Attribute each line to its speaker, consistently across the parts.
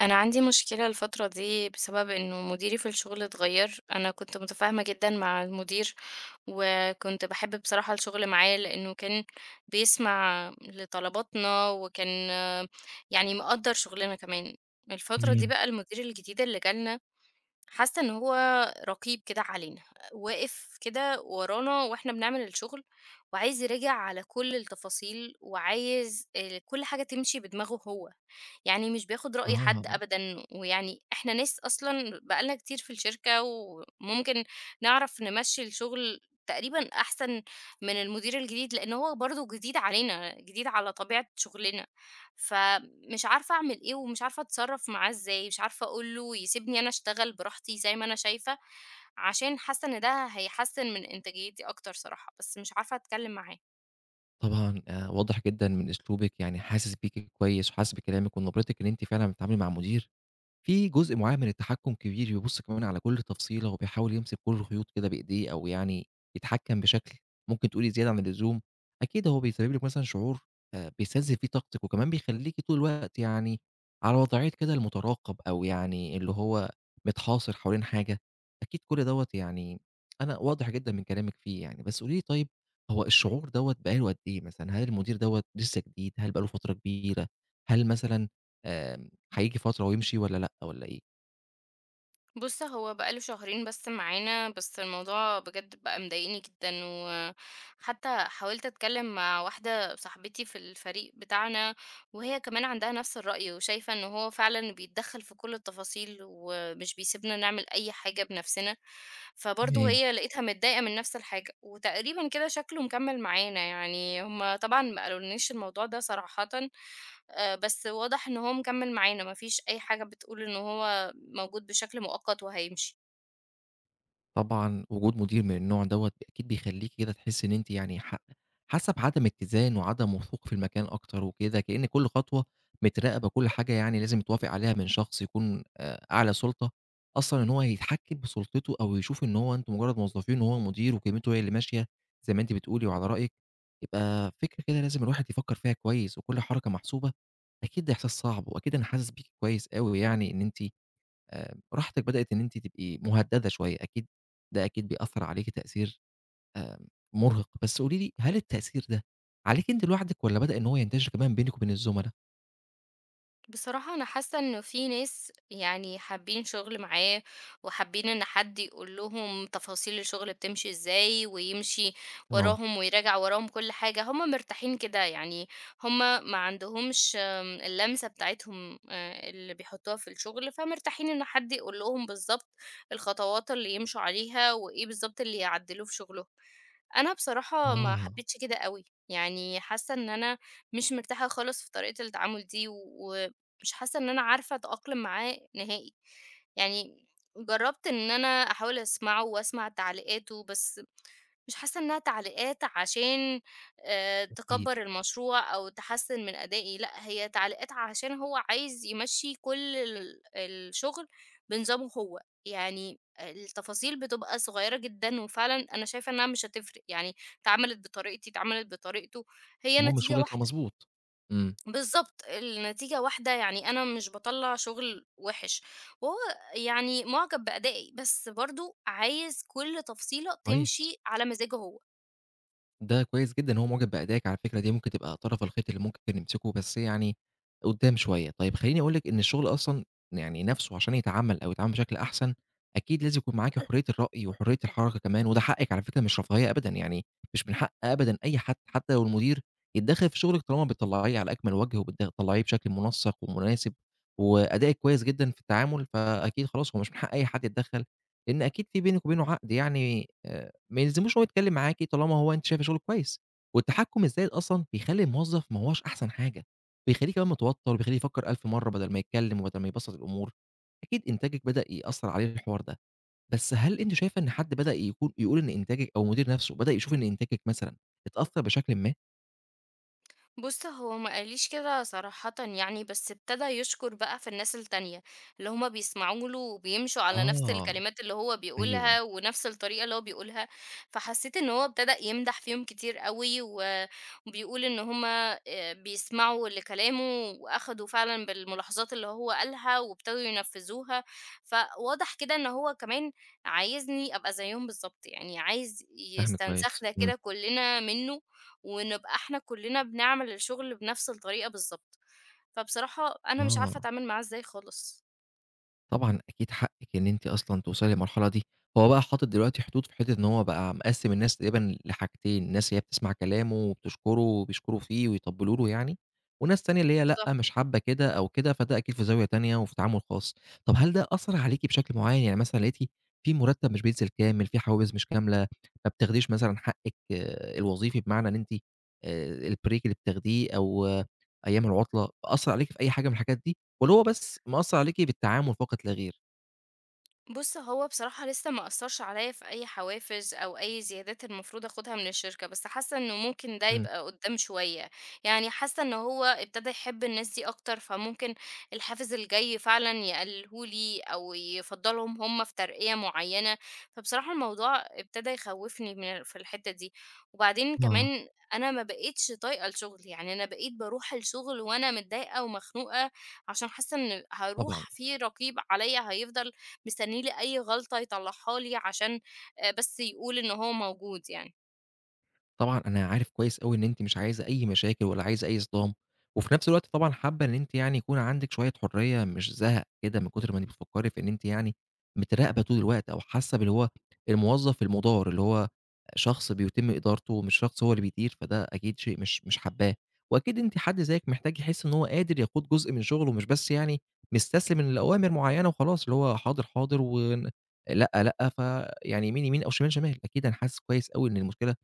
Speaker 1: أنا عندي مشكلة الفترة دي بسبب إنه مديري في الشغل اتغير، أنا كنت متفاهمة جدًا مع المدير، وكنت باحب بصراحة الشغل معاه لإنه كان بيسمع لطلباتنا، وكان آه، يعني مقدّر شغلنا كمان. الفترة دي
Speaker 2: تمام.
Speaker 1: بقى المدير الجديد اللي جالنا حاسة إن هو رقيب كده علينا، واقف كده ورانا وإحنا بنعمل الشغل، وعايز يراجع على كل التفاصيل، وعايز كل حاجة تمشي بدماغه هو، يعني مش بياخد رأي
Speaker 2: آه،
Speaker 1: حد أبدًا، ويعني إحنا ناس أصلًا بقى لنا كتير في الشركة، وممكن نعرف نمشّي الشغل تقريبًا أحسن من المدير الجديد، لإن هو برضه جديد علينا، جديد على طبيعة شغلنا، ف مش عارفة أعمل إيه ومش عارفة أتصرّف معاه إزاي، مش عارفة أقول له يسيبني أنا أشتغل براحتي زي ما أنا شايفة، عشان حاسة إن ده هيحسّن من إنتاجيتي أكتر صراحة، بس مش عارفة أتكلّم معاه.
Speaker 2: طبعًا واضح جدًا من أسلوبِك يعني حاسس بيكِ كويس وحاسس بكلامِك ونبرتِك إن أنتِ فعلًا بتتعاملي مع مدير في جزء معيّن من التحكُّم كبير، بيبُص كمان على كل تفصيلة وبيحاول يمسك كل الخيوط كده بإيديه أو يعني يتحكّم بشكل ممكن تقولي زيادة عن اللزوم، أكيد هو بيسبب لِك مثلًا شعور بيستنزف فيه طاقتِك وكمان بيخلّيكِ طول الوقت يعني على وضعية كده المُتراقب أو يعني اللي هو متحاصر حوالين حاجة، أكيد كل دوّة يعني أنا واضح جدًا من كلامِك فيه يعني، بس قولي لي طيب هو الشعور دوّة بقى له قد إيه مثلًا؟ هل المدير دوّة لسّه جديد، هل بقى له فترة كبيرة، هل مثلًا آآ هييجي فترة ويمشي والّا لأ والّا إيه؟
Speaker 1: بُص، هو بقى له شهرين بس معانا، بس الموضوع بجد بقى مضايقني جدًا، وحتى حاولت أتكلم مع واحدة صاحبتي في الفريق بتاعنا، وهي كمان عندها نفس الرأي، وشايفة إن هو فعلًا بيتدخل في كل التفاصيل، ومش بيسيبنا نعمل أي حاجة بنفسنا، فبرضه
Speaker 2: تمام.
Speaker 1: هي لقيتها متضايقة من نفس الحاجة، وتقريبًا كده شكله مكمل معانا يعني، هُم طبعًا ما قالولناش الموضوع ده صراحةً. بس واضح إن هو مكمل معانا، ما فيش أي حاجة بتقول إن هو موجود بشكل مؤقت وهيمشي.
Speaker 2: طبعًا وجود مدير من النوع دوّة أكيد بيخلّيكِ كده تحسّي إن أنتِ يعني حاسة بعدم اتزان وعدم وثوق في المكان أكتر وكده، كإن كل خطوة متراقبة، كل حاجة يعني لازم يتوافق عليها من شخص يكون أعلى سُلطة، أصلًا إن هو يتحكّم بسُلطته أو يشوف إن هو أنتم مجرّد موظفين وهو مدير وكلمته هي اللي ماشية زي ما أنتِ بتقولي وعلى رأيِك، يبقى فكرة كده لازم الواحد يفكّر فيها كويس وكل حركة محسوبة، أكيد ده إحساس صعب وأكيد أنا حاسس بيكِ كويس أوي يعني إن أنتِ راحتِك بدأت إن أنتِ تبقي مهددة شوية، أكيد ده أكيد بيأثّر عليكِ تأثير آآ مُرهق، بس قولي لي هل التأثير ده عليكِ أنتِ لوحدِك والّا بدأ إن هو ينتشر كمان بينِك وبين الزملا؟
Speaker 1: بصراحة أنا حاسة إنه في ناس يعني حابين شغل معاه وحابين إن حد يقول لهم تفاصيل الشغل بتمشي إزاي ويمشي
Speaker 2: آه،
Speaker 1: وراهم ويراجع وراهم كل حاجة هم مرتاحين كده يعني هم ما عندهمش اللمسة بتاعتهم آه، اللي بيحطوها في الشغل فمرتاحين إن حد يقول لهم بالظبط الخطوات اللي يمشوا عليها وإيه بالظبط اللي يعدلوه في شغلهم. أنا بصراحة ما
Speaker 2: آه،
Speaker 1: حبيتش كده قوي يعني حاسة إن أنا مش مرتاحة خالص في طريقة التعامل دي، مش حاسة إن أنا عارفة أتأقلم معاه نهائي. يعني جرّبت إن أنا أحاول أسمعه وأسمع تعليقاته، بس مش حاسة إنها تعليقات عشان
Speaker 2: أكيد،
Speaker 1: تكبّر المشروع أو تحسّن من أدائي، لأ هي تعليقات عشان هو عايز يمشّي كل الشغل بنظامه هو. يعني التفاصيل بتبقى صغيّرة جدًا وفعلًا أنا شايفة إنها مش هتفرق، يعني اتعملت بطريقتي، اتعملت بطريقته، هي
Speaker 2: المهم
Speaker 1: نتيجة
Speaker 2: الشغل يطلع
Speaker 1: واحدة.
Speaker 2: مضبوط، إمم،
Speaker 1: بالضبط، النتيجة واحدة، يعني أنا مش باطلّع شغل وِحِش، وهو يعني مُعجب بأدائي، بس برضه عايز كل تفصيلة
Speaker 2: كويس.
Speaker 1: تمشي على مزاجه هو.
Speaker 2: ده كويس جدًا إن هو معجب بأدائِك على فكرة، دي ممكن تبقى طرف الخيط اللي ممكن نمسكه بس يعني قدّام شوية. طيب خلّيني أقول لِك إن الشغل أصلًا يعني نَفْسه عشان يتعمّل أو يتعمل بشكل أحسن، أكيد لازم يكون معاكِ حرية الرأي وحرية الحركة كمان، وده حقِّك على فكرة مش رفاهية أبدًا، يعني مش من حق أبدًا أي حد حتى لو المدير يتدخّل في شغلِك طالما بتطلّعيه على أكمل وجه وبت بتطلّعيه بشكل منسّق ومناسب، وأدائِك كويس جدًا في التعامل، فأكيد خلاص هو مش من حق أي حد يتدخّل، لإن أكيد في بينِك وبينه عقد يعني ما يلزموش إن هو يتكلّم معاكِ طالما هو أنتِ شايفة شغلِك كويس، والتحكُّم الزايد أصلًا بيخلّي الموظف ما هواش أحسن حاجة، بيخلّيه كمان متوتّر، وبيخلّيه يفكّر ألف مرّة بدل ما يتكلّم وبدل ما يبسّط الأمور، أكيد إنتاجِك بدأ يأثّر عليه الحوار ده، بس هل أنتِ شايفة إن حد بدأ يكون يقول إن إنتاجِك أو المدير نَفْسه بدأ يشوف إن إنتاجِك مثلًا اتأثّر بشكلٍ ما؟
Speaker 1: بُص، هو ما قاليش كده صراحةً يعني، بس ابتدى يشكر بقى في الناس التانية، اللي هُم بيسمعوا له وبيمشوا على نفس
Speaker 2: آه،
Speaker 1: الكلمات اللي هو
Speaker 2: أيوه،
Speaker 1: بيقولها ونفس الطريقة اللي هو بيقولها، فحسيت إن هو ابتدى يمدح فيهم كتير أوي وبيقول إن هُم بيسمعوا لكلامه وأخدوا فعلًا بالملاحظات اللي هو قالها وابتدوا ينفذوها، فواضح كده إن هو كمان عايزني أبقى زيهم بالضبط، يعني عايز
Speaker 2: فاهمِك كويس،
Speaker 1: يستنسخنا
Speaker 2: إمم،
Speaker 1: كده كلنا منه ونبقى إحنا كلّنا بنعمل الشغل بنفس الطريقة بالضبط، فبصراحة أنا مش عارفة
Speaker 2: آه.
Speaker 1: أتعامل معاه إزاي خالص.
Speaker 2: طبعًا أكيد حقِّك إن أنتِ أصلًا توصلي للمرحلة دي، هو بقى حاطط دلوقتي حدود في حتّة إن هو بقى مقسّم الناس تقريبًا لحاجتين، ناس هي بتسمع كلامه وبتشكره وبيشكروا فيه ويطبّلوا له يعني، وناس تانية اللي هي لأ، مش حابة كده أو كده، فده أكيد في زاوية تانية وفي تعامل خاص. طب هل ده أثّر عليكِ بشكل معيّن، يعني مثلًا لقيتِ في مرتّب مش بينزل كامل، في حوافز مش كاملة، ما بتاخديش مثلًا حقِّك آه، الوظيفي بمعنى إن أنتِ الbreak اللي بتاخديه أو آه، أيام العُطلة، أثّر عليكِ في أي حاجة من الحاجات دي؟ واللي هو بس مأثّر عليكِ بالتعامل فقط لا غير.
Speaker 1: بُص، هو بصراحة لسه ما أثّرش عليّا في أي حوافز أو أي زيادات المفروض آخُدها من الشركة، بس حاسّة إنه ممكن ده
Speaker 2: إمم.
Speaker 1: يبقى قُدّام شوية، يعني حاسّة إن هو ابتدى يحب الناس دي أكتر، فممكن الحافز الجاي فعلًا يقلّله لي أو يفضّلهم هم في ترقية معيّنة، فبصراحة الموضوع ابتدى يخوّفني من في الحتّة دي، وبعدين
Speaker 2: آه،
Speaker 1: كمان أنا ما بقيتش طايقة الشُغل، يعني أنا بقيت باروح الشُغل وأنا متضايقة ومخنوقة عشان حاسّة إن
Speaker 2: طبعًا.
Speaker 1: هاروح في رقيب عليّا هيفضل مستنّي لي أي غلطة يطلّعها لي عشان بس يقول إن هو موجود يعني.
Speaker 2: طبعًا أنا عارف كويس أوي إن أنتِ مش عايزة أي مشاكل ولا عايزة أي صدام، وفي نفس الوقت طبعًا حابة إن أنتِ يعني يكون عندِك شوية حرية مش زهق كده من كتر ما أنتِ بتفكّري في إن أنتِ يعني متراقبة طول الوقت أو حاسة باللي هو الموظف المُدار، اللي هو شخص بيتم إدارته مش شخص هو اللي بيدير، فده أكيد شيء مش حاباه، وأكيد أنتِ حد زيِّك محتاج يحس إن هو قادر يقود جزء من شغله مش بس يعني مستسلم لأوامر معيّنة وخلاص، اللي هو حاضر، حاضر لأ، لأ، فيعني يمين، يمين أو شمال، شمال. أكيد أنا حاسس كويس أوي إن المشكلة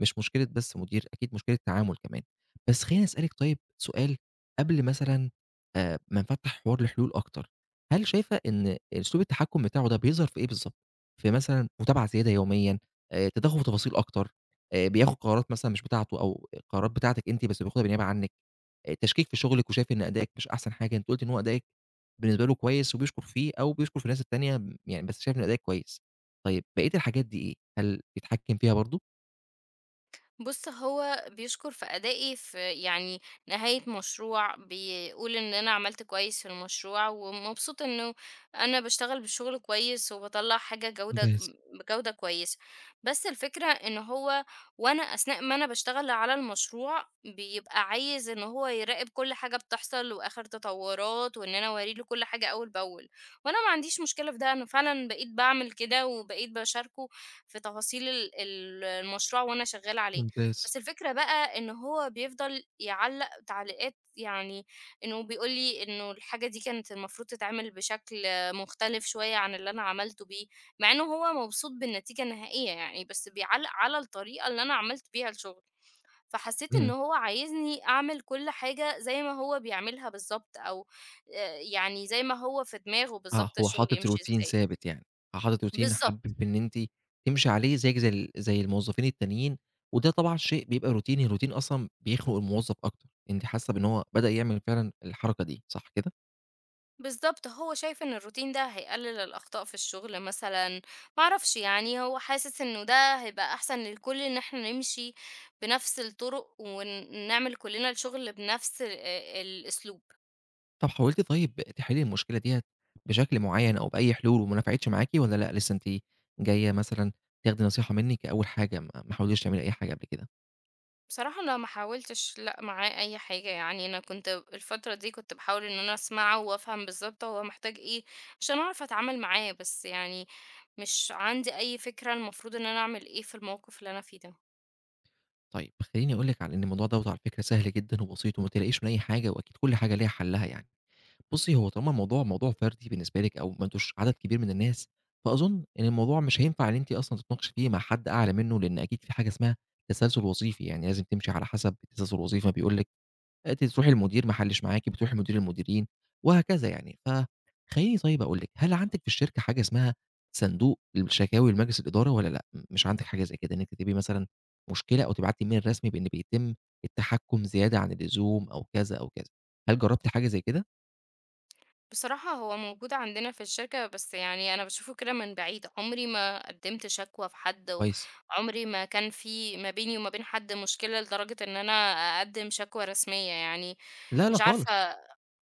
Speaker 2: مش مشكلة بس مدير، أكيد مشكلة تعامل كمان. بس خلّيني أسألِك طيب سؤال قبل مثلًا ما نفتّح حوار لحلول أكتر، هل شايفة إن أسلوب التحكُّم بتاعه ده بيظهر في إيه بالضبط؟ في مثلًا متابعة زيادة يوميًا، تدخُّل في تفاصيل أكتر، بياخُد قرارات مثلًا مش بتاعته أو قرارات بتاعتِك أنتِ بس بياخُدها بنيابة عنِّك، تشكيك في شُغلِك وشايف إن أدائِك مش أحسن حاجة، أنتِ قُلتِ إن هو أدائِك بالنسبة له كويس وبيشكُر فيه أو بيشكُر في الناس التانية يعني بس شايف إن أدائِك كويس. طيب بقية الحاجات دي إيه؟ هل بيتحكِّم فيها برضه؟
Speaker 1: بُص، هو بيشكُر في أدائي في يعني نهاية مشروع، بيقول إن أنا عملت كويس في المشروع ومبسوط إنه أنا باشتغل بشغل كويس وباطلّع حاجة جودة
Speaker 2: ممتاز.
Speaker 1: بجودة كويسة. بس الفكرة إن هو وأنا أثناء ما أنا باشتغل على المشروع، بيبقى عايز إن هو يراقب كل حاجة بتحصل وآخر تطوّرات وإن أنا أورّي له كل حاجة أول بأول، وأنا ما عنديش مشكلة في ده، أنا فعلًا بقيت باعمل كده وبقيت باشاركه في تفاصيل ال ال المشروع وأنا شغّالة عليه.
Speaker 2: ممتاز.
Speaker 1: بس الفكرة بقى إن هو بيفضل يعلّق تعليقات يعني إنه بيقول لي إنه الحاجة دي كانت المفروض تتعمل بشكل مختلف شوية عن اللي أنا عملته بيه، مع إنه هو مبسوط بالنتيجة النهائية يعني، بس بيعلّق على الطريقة اللي أنا عملت بيها الشغل، فحسيت إن
Speaker 2: إمم.
Speaker 1: هو عايزني أعمل كل حاجة زي ما هو بيعملها بالضبط أو يعني زي ما هو في دماغه
Speaker 2: آه،
Speaker 1: بالضبط
Speaker 2: هو
Speaker 1: الشغل
Speaker 2: حاطط
Speaker 1: يمشي
Speaker 2: روتين
Speaker 1: إزاي.
Speaker 2: ثابت يعني، حاطط روتين
Speaker 1: بالضبط.
Speaker 2: حابب إن أنتِ تمشي عليه زيِّك زي زي الموظفين التانيين، وده طبعًا شيء بيبقى روتيني، الروتين أصلًا بيخنق الموظف أكتر، أنتِ حاسة بإن هو بدأ يعمل فعلًا الحركة دي، صح كده؟
Speaker 1: بالظبط هو شايف ان الروتين ده هيقلل الاخطاء في الشغل مثلا، معرفش يعني هو حاسس انه ده هيبقى احسن للكل ان احنا نمشي بنفس الطرق ونعمل كلنا الشغل بنفس الاسلوب.
Speaker 2: طب حاولتِ طيب تحلّي المشكلة ديّة بشكل معيّن أو بأي حلول وما نفعتش معاكِ والّا لأ لسه أنتِ جاية مثلًا تاخدي نصيحة مني كأول حاجة، ما حاولتيش تعملي أي حاجة قبل كده؟
Speaker 1: بصراحة انا ما حاولتش لا معاه اي حاجة، يعني انا كنت الفترة دي كنت بحاول ان انا اسمعه وافهم بالظبط هو محتاج ايه عشان اعرف اتعامل معاه، بس يعني مش عندي اي فكرة المفروض ان انا اعمل ايه في الموقف اللي انا فيه ده.
Speaker 2: طيب خلّيني أقول لِك على إن الموضوع دوّة على فكرة سهل جدًا وبسيط وما تقلقيش من أي حاجة وأكيد كل حاجة ليها حلّها يعني. بُصّي، هو طالما الموضوع موضوع فردي بالنسبة لِك أو ما أنتوش عدد كبير من الناس، فأظن إن الموضوع مش هينفع إن أنتِ أصلًا تتناقشي فيه مع حد أعلى منه، لإن أكيد في حاجة اسمها تسلسل وظيفي، يعني لازم تمشي على حسب التسلسل الوظيفي ما بيقول لِك آه، أنتِ بتروحي للمدير ما حلّش معاكِ، بتروحي لمدير المديرين وهكذا يعني. فخلّيني طيب أقول لِك، هل عندِك في الشركة حاجة اسمها صندوق الشكاوي لمجلس الإدارة والّا لأ؟ مش عندِك حاجة زي كده إنِّك تكتبي مثلًا مشكلة أو تبعتي إيميل رسمي بإن بيتم التحكُّم زيادة عن اللزوم أو كذا أو كذا، هل جرّبتِ حاجة زي كده؟
Speaker 1: بصراحة هو موجود عندنا في الشركة بس يعني أنا باشوفه كده من بعيد، عمري ما قدّمت شكوى في حد،
Speaker 2: كويس.
Speaker 1: وعمري ما كان في ما بيني وما بين حد مشكلة لدرجة إن أنا أقدّم شكوى رسمية يعني،
Speaker 2: لا، لا
Speaker 1: مش
Speaker 2: خالص.
Speaker 1: عارفة.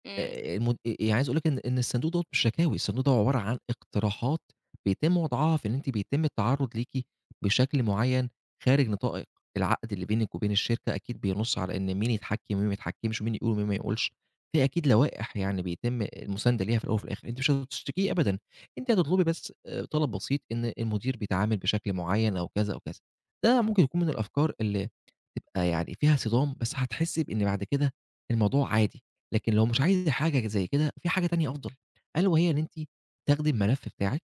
Speaker 1: إمم،
Speaker 2: المد يعني عايز أقول لِك إن الصندوق دوّة مش شكاوي، الصندوق ده عبارة عن اقتراحات بيتم وضعها في إن أنتِ بيتم التعرُّض ليكِ بشكل معيّن خارج نطاق العقد اللي بينِك وبين الشركة، أكيد بينُص على إن مين يتحكّم ومين ما يتحكّمش، ومين يقول ومين ما يقولش. في أكيد لوائح يعني بيتم المُسانده ليها في الأول وفي الآخر، أنتِ مش هتشتكيه أبدًا، أنتِ هتطلبي بس طلب بسيط إن المدير بيتعامل بشكل معيّن أو كذا أو كذا. ده ممكن يكون من الأفكار اللي تبقى يعني فيها صدام، بس هتحسّي بإن بعد كده الموضوع عادي. لكن لو مش عايزة حاجة زي كده، في حاجة تانية أفضل، ألا وهي إن أنتِ تاخدي الملف بتاعِك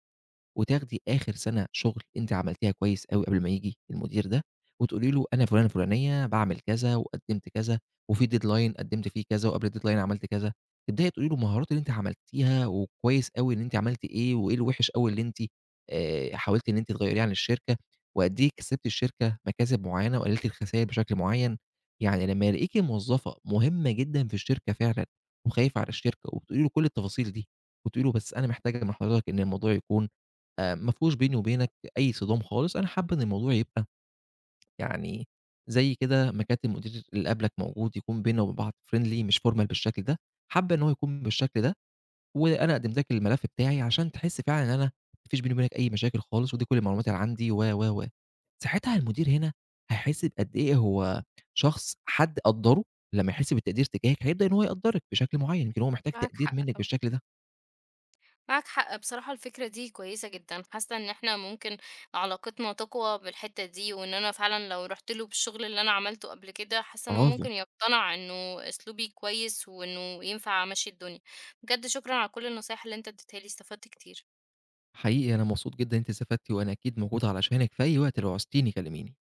Speaker 2: وتاخدي آخر سنة شغل أنتِ عملتيها كويس أوي قبل ما ييجي المدير ده، وتقولي له أنا فلانة الفلانية باعمل كذا، وقدّمت كذا، وفي deadline قدّمت فيه كذا، وقبل الdeadline عملت كذا، تبدئي تقولي له المهارات اللي أنتِ عملتيها، وكويس أوي إن أنتِ عملتِ إيه، وإيه الوِحِش أوي اللي أنتِ حاولتِ إن أنتِ تغيّريه عن الشركة، وقد إيه كسبتِ الشركة مكاسب معيّنة، وقللتِ الخساير بشكل معيّن. يعني لمّا يلاقيكِ موظفة مهمة جدًا في الشركة فعلًا، وخايفة على الشركة، وبتقولي له كل التفاصيل دي، وتقولي له بس أنا محتاجة من حضرتك إن الموضوع يكون ما فيهوش بيني وبينك أي صدام خالص، أنا حابة إن الموضوع يبقى يعني زي كده ما كانت المدير اللي قبلك موجود، يكون بيننا وبين بعض friendly مش formal بالشكل ده، حابة إن هو يكون بالشكل ده، وأنا قدمت لك الملف بتاعي عشان تحس فعلًا إن أنا ما فيش بيني وبينك أي مشاكل خالص، ودي كل المعلومات اللي عندي و، و، و. ساعتها المدير هنا هيحس بقد إيه هو شخص حد قدّره، لمّا يحس بالتقدير تجاهك هيبدأ إن هو يقدّرك بشكل معين، يمكن هو محتاج
Speaker 1: معاك
Speaker 2: تقدير
Speaker 1: حق
Speaker 2: منك
Speaker 1: طبعًا.
Speaker 2: بالشكل ده.
Speaker 1: معاك حق بصراحة الفكرة دي كويسة جدا، حاسة ان احنا ممكن علاقتنا تقوى بالحتة دي، وان انا فعلا لو رحت له بالشغل اللي انا عملته قبل كده حاسة ان هو
Speaker 2: برافو.
Speaker 1: ممكن يقتنع انه اسلوبي كويس وانه ينفع امشي الدنيا. بجد شكرا على كل النصايح اللي انت اديتها لي، استفدت كتير
Speaker 2: حقيقي أنا مبسوط جدًا إن أنتِ استفدتِ، وأنا أكيد موجود علشانِك في أي وقت لو عوزتيني كلميني.